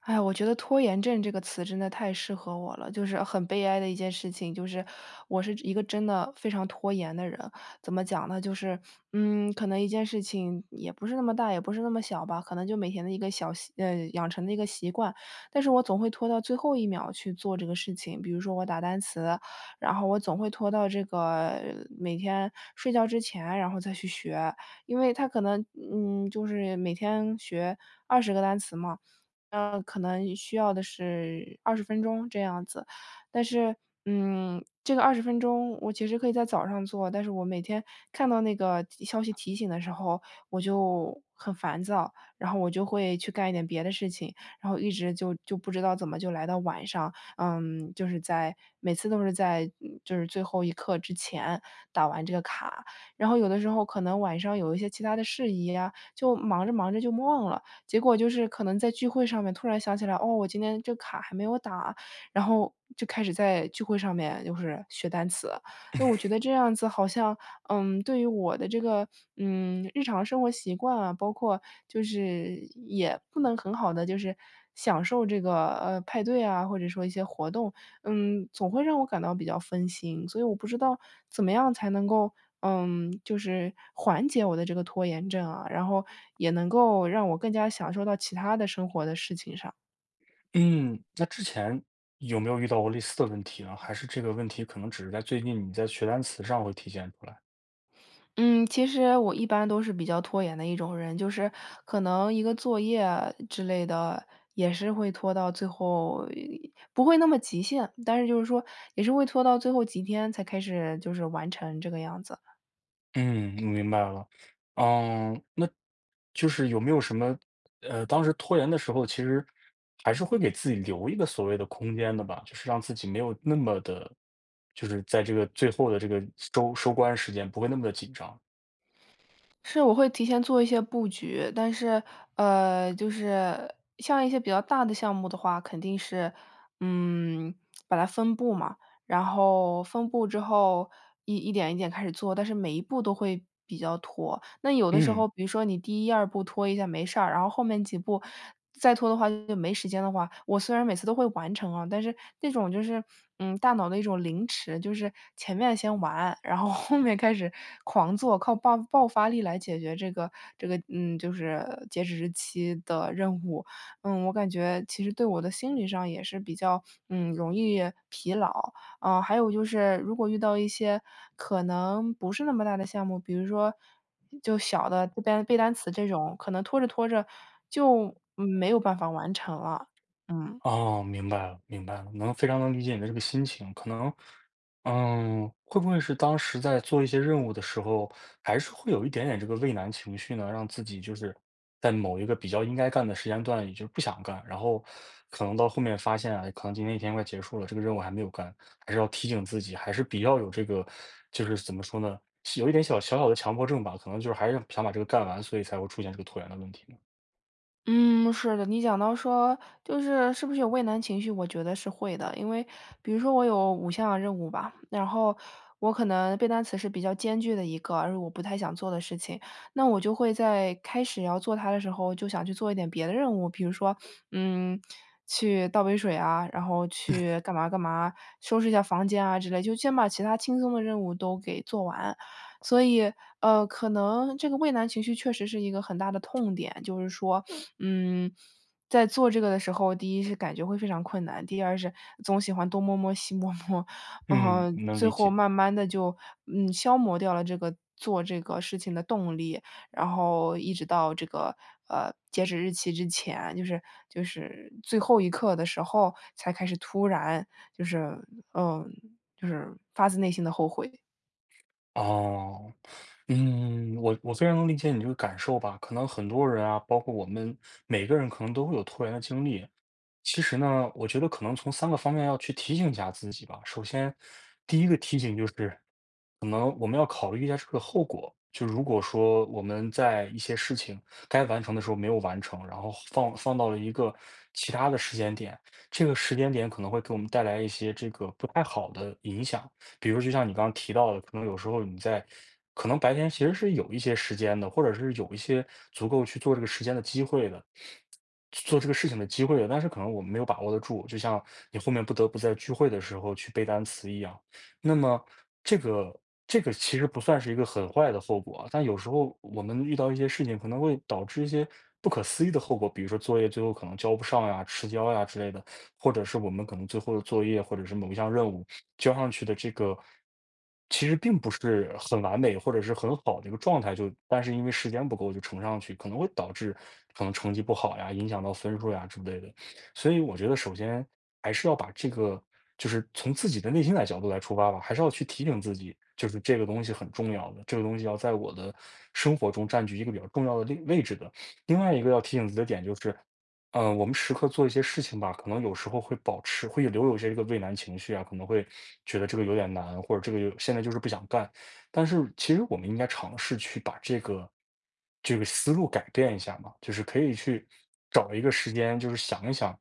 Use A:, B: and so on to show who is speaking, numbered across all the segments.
A: 哎呀，我觉得"拖延症"这个词真的太适合我了，就是很悲哀的一件事情，我是一个真的非常拖延的人。怎么讲呢？就是，可能一件事情也不是那么大，也不是那么小吧，可能就每天的一个养成的一个习惯，但是我总会拖到最后一秒去做这个事情。比如说我打单词，然后我总会拖到每天睡觉之前，然后再去学。因为他可能，就是每天学20个单词嘛，可能需要的是二十分钟这样子。但是，这个二十分钟我其实可以在早上做，但是我每天看到那个提消息提醒的时候，我就很烦躁，然后我就会去干一点别的事情，然后一直就不知道怎么就来到晚上，就是在每次都是在就是最后一刻之前打完这个卡，然后有的时候可能晚上有一些其他的事宜呀，就忙着忙着就忘了。结果就是可能在聚会上面突然想起来，哦，我今天这卡还没有打，然后就开始在聚会上面就是学单词。那我觉得这样子好像，对于我的这个，日常生活习惯啊，包括就是也不能很好的就是享受这个，派对啊，或者说一些活动，总会让我感到比较分心，所以我不知道怎么样才能够，就是缓解我的这个拖延症啊，然后也能够让我更加享受到其他的生活的事情上。
B: 嗯，那之前有没有遇到过类似的问题呢？还是这个问题可能只是在最近你在学单词上会体现出来？
A: 嗯，其实我一般都是比较拖延的一种人，就是可能一个作业之类的，也是会拖到最后，不会那么极限，但是就是说也是会拖到最后几天才开始就是完成这个样子。
B: 嗯，我明白了。嗯，那就是有没有什么，当时拖延的时候，其实还是会给自己留一个所谓的空间的吧，就是让自己没有那么的，就是在这个最后的这个收官时间不会那么的紧张。
A: 是，我会提前做一些布局，但是，就是像一些比较大的项目的话，肯定是，嗯，把它分布嘛。然后分步之后一点一点开始做，但是每一步都会比较拖。那有的时
B: 嗯。
A: 候，比如说你第一二步拖一下没事儿，然后后面几步再拖的话就没时间的话，我虽然每次都会完成啊，但是那种就是，大脑的一种凌迟，就是前面先完，然后后面开始狂做，靠爆发力来解决这个,就是截止日期的任务。嗯，我感觉其实对我的心理上也是比较，容易疲劳。还有就是如果遇到一些可能不是那么大的项目，比如说就小的这边背单词这种，可能拖着拖着就没有办法完成了。嗯。
B: 哦，明白了，明白了，能非常能理解你的这个心情。可能，嗯，会不会是当时在做一些任务的时候，还是会有一点点这个畏难情绪呢？让自己就是在某一个比较应该干的时间段，也就是不想干，然后可能到后面发现啊，可能今天一天快结束了，这个任务还没有干，还是要提醒自己，还是比较有这个，就是怎么说呢，有一点小小的强迫症吧，可能就是还是想把这个干完，所以才会出现这个拖延的问题呢。
A: 嗯，是的，你讲到说，就是是不是有畏难情绪，我觉得是会的。因为比如说我有5项任务吧，然后我可能背单词是比较艰巨的一个，而我不太想做的事情，那我就会在开始要做它的时候，就想去做一点别的任务。比如说，嗯，去倒杯水啊，然后去干嘛干嘛，收拾一下房间啊之类，就先把其他轻松的任务都给做完。所以，可能这个畏难情绪确实是一个很大的痛点，就是说嗯，在做这个的时候，第一是感觉会非常困难，第二是总喜欢东摸摸西摸摸，
B: 嗯，能
A: 最
B: 理
A: 后
B: 解。
A: 慢慢的就，消磨掉了这个做这个事情的动力。然后一直到这个，截止日期之前，就是最后一刻的时候，才开始突然就是嗯，就是发自内心的后悔。
B: 哦。嗯，我非常能理解你这个感受吧，可能很多人啊，包括我们每个人可能都会有拖延的经历。其实呢，我觉得可能从三个方面要去提醒一下自己吧。首先，第一个提醒就是可能我们要考虑一下这个后果，就如果说我们在一些事情该完成的时候没有完成，然后放到了一个其他的时间点，这个时间点可能会给我们带来一些这个不太好的影响。比如就像你刚刚提到的，可能有时候你在可能白天其实是有一些时间的，或者是有一些足够去做这个时间的机会的，做这个事情的机会的，但是可能我们没有把握得住，就像你后面不得不在聚会的时候去背单词一样。那么这个这个其实不算是一个很坏的后果啊。但有时候我们遇到一些事情，可能会导致一些不可思议的后果，比如说作业最后可能交不上呀、迟交呀之类的，或者是我们可能最后的作业或者是某一项任务交上去的这个，其实并不是很完美或者是很好的一个状态，就但是因为时间不够就呈上去，可能会导致可能成绩不好呀，影响到分数呀之类的。所以我觉得首先还是要把这个就是从自己的内心来角度来出发吧，还是要去提醒自己，就是这个东西很重要的，这个东西要在我的生活中占据一个比较重要的位置的。另外一个要提醒自己的点就是，嗯，我们时刻做一些事情吧，可能有时候会保持，会留有一些这个畏难情绪啊，可能会觉得这个有点难，或者这个有现在就是不想干。但是其实我们应该尝试去把这个思路改变一下嘛，就是可以去找一个时间，就是想一想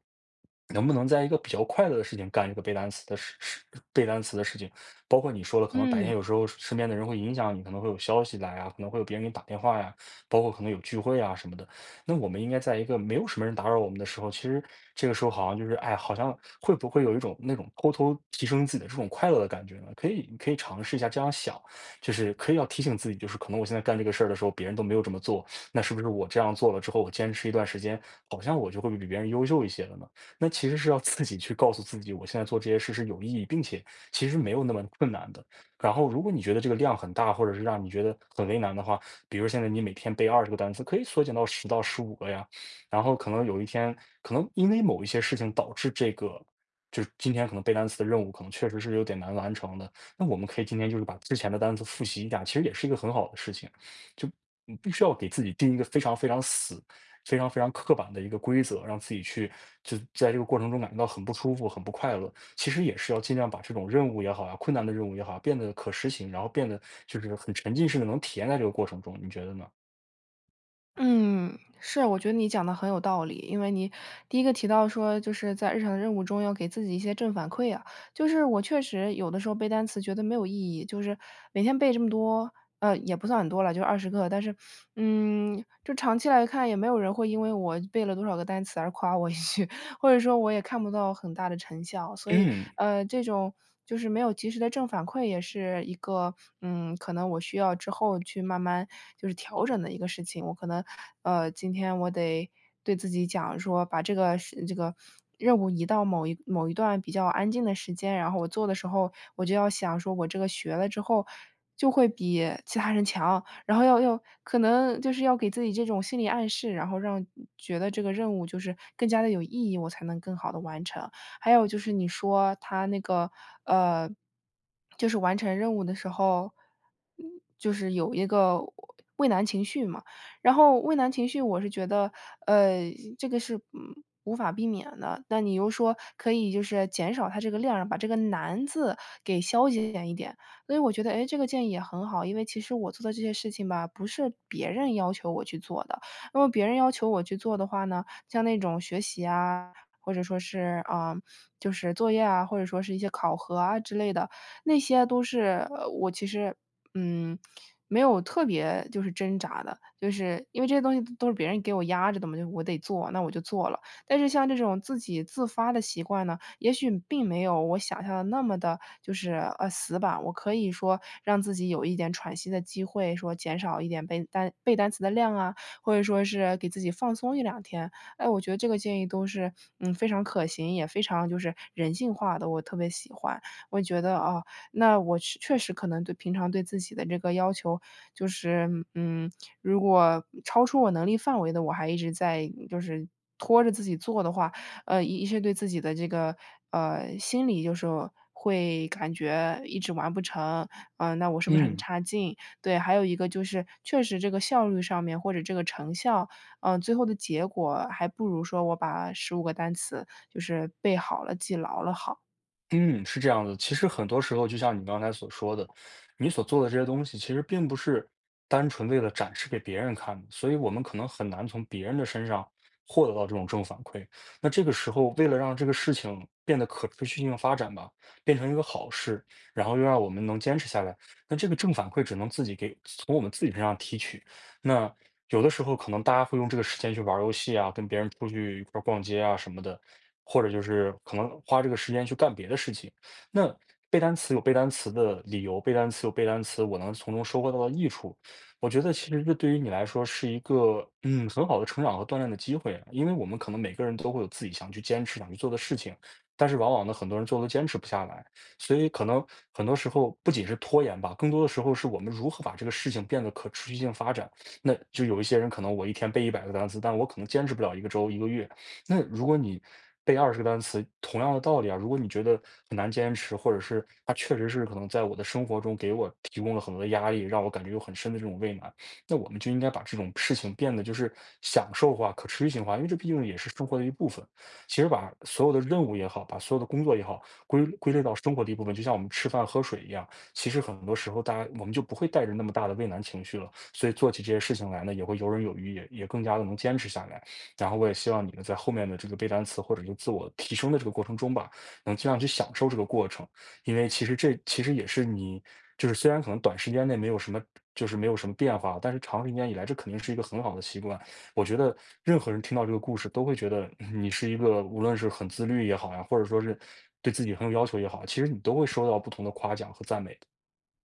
B: 能不能在一个比较快乐的事情干这个背单词的事情？包括你说了，可能白天
A: 嗯。
B: 有时候身边的人会影响你，可能会有消息来啊，可能会有别人给你打电话呀，包括可能有聚会啊什么的。那我们应该在一个没有什么人打扰我们的时候，其实这个时候好像就是，哎，好像会不会有一种那种偷偷提升自己的这种快乐的感觉呢？可以，可以尝试一下这样想，就是可以要提醒自己，就是可能我现在干这个事儿的时候，别人都没有这么做，那是不是我这样做了之后，我坚持一段时间，好像我就会比别人优秀一些了呢？那其实是要自己去告诉自己，我现在做这些事是有意义，并且其实没有那么困难的。然后，如果你觉得这个量很大，或者是让你觉得很为难的话，比如现在你每天背二十个单词，可以缩减到十到15个呀。然后可能有一天，可能因为某一些事情导致这个，就是今天可能背单词的任务可能确实是有点难完成的。那我们可以今天就是把之前的单词复习一下，其实也是一个很好的事情。就你必须要给自己定一个非常非常刻板的一个规则，让自己去就在这个过程中感觉到很不舒服、很不快乐。其实也是要尽量把这种任务也好啊，困难的任务也好啊，变得可实行，然后变得就是很沉浸式的，能体验在这个过程中，你觉得呢？
A: 嗯，是，我觉得你讲的很有道理。因为你第一个提到说，就是在日常的任务中要给自己一些正反馈啊。就是我确实有的时候背单词觉得没有意义，就是每天背这么多，也不算很多了，就二十个。但是，就长期来看也没有人会因为我背了多少个单词而夸我一句，或者说我也看不到很大的成效。所以，
B: 嗯
A: 这种就是没有及时的正反馈，也是一个，可能我需要之后去慢慢就是调整的一个事情。我可能，今天我得对自己讲说，把这个事这个任务移到某一段比较安静的时间，然后我做的时候，我就要想说，我这个学了之后。就会比其他人强，然后要可能就是要给自己这种心理暗示，然后让觉得这个任务就是更加的有意义，我才能更好的完成。还有就是你说他那个，呃，就是完成任务的时候，嗯，就是有一个畏难情绪嘛，然后畏难情绪我是觉得，呃，这个是，无法避免的，那你又说可以就是减少它这个量，把这个难字给消减一点。所以我觉得，哎，这个建议也很好，因为其实我做的这些事情吧，不是别人要求我去做的。那么别人要求我去做的话呢，像那种学习啊，或者说是，啊，就是作业啊，或者说是一些考核啊之类的，那些都是，我其实，嗯，没有特别就是挣扎的，就是因为这些东西都是别人给我压着的嘛，就我得做，那我就做了。但是像这种自己自发的习惯呢，也许并没有我想象的那么的，就是，死板。我可以说让自己有一点喘息的机会，说减少一点背单词的量啊，或者说是给自己放松1两天。哎，我觉得这个建议都是，非常可行，也非常就是人性化的，我特别喜欢。我觉得，哦，那我确实可能对平常对自己的这个要求，就是，如果超出我能力范围的，我还一直在就是拖着自己做的话，一是对自己的这个，心理就是会感觉一直完不成，那我是不是很
B: 嗯。
A: 差劲？对，还有一个就是确实这个效率上面或者这个成效，最后的结果还不如说我把15个单词就是背好了、记牢了好。
B: 嗯，是这样的。其实很多时候，就像你刚才所说的，你所做的这些东西，其实并不是单纯为了展示给别人看的，所以我们可能很难从别人的身上获得到这种正反馈。那这个时候，为了让这个事情变得可持续性发展吧，变成一个好事，然后又让我们能坚持下来，那这个正反馈只能自己给，从我们自己身上提取。那有的时候可能大家会用这个时间去玩儿游戏啊，跟别人出去一块儿逛街啊什么的，或者就是可能花这个时间去干别的事情。那背单词有背单词的理由，背单词有背单词我能从中收获到的益处。我觉得其实这对于你来说是一个嗯很好的成长和锻炼的机会啊，因为我们可能每个人都会有自己想去坚持、想去做的事情，但是往往呢，很多人做后都坚持不下来，所以可能很多时候不仅是拖延吧，更多的时候是我们如何把这个事情变得可持续性发展。那就有一些人可能我一天背100个单词，但我可能坚持不了一个周、一个月。那如果你背二十个单词，同样的道理啊，如果你觉得很难坚持，或者是它确实是可能在我的生活中给我提供了很多的压力，让我感觉有很深的这种畏难，那我们就应该把这种事情变得就是享受化、可持续性化，因为这毕竟也是生活的一部分。其实把所有的任务也好，把所有的工作也好，归类到生活的一部分，就像我们吃饭喝水一样，其实很多时候大家我们就不会带着那么大的畏难情绪了，所以做起这些事情来呢，也会游刃有余，也更加的能坚持下来。然后我也希望你们在后面的这个背单词或者是自我提升的这个过程中吧，能尽量去享受这个过程，因为其实这其实也是你，就是虽然可能短时间内没有什么，就是没有什么变化，但是长时间以来，这肯定是一个很好的习惯。我觉得任何人听到这个故事，都会觉得嗯你是一个无论是很自律也好呀，或者说是对自己很有要求也好，其实你都会收到不同的夸奖和赞美的。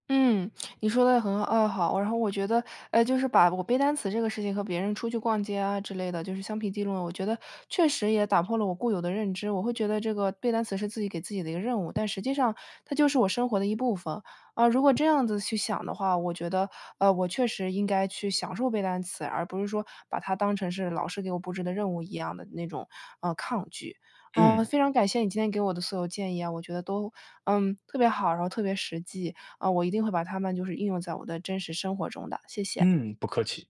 A: 嗯,你说的很好。然后我觉得，就是把我背单词这个事情和别人出去逛街啊之类的，就是相提并论，我觉得确实也打破了我固有的认知。我会觉得这个背单词是自己给自己的一个任务，但实际上它就是我生活的一部分。啊，如果这样子去想的话，我觉得，我确实应该去享受背单词，而不是说把它当成是老师给我布置的任务一样的那种，抗拒。嗯，
B: 嗯
A: 非常感谢你今天给我的所有建议啊，我觉得都，特别好，然后特别实际。啊，我一定会把它们就是应用在我的真实生活中的，谢谢。
B: 嗯，不客气。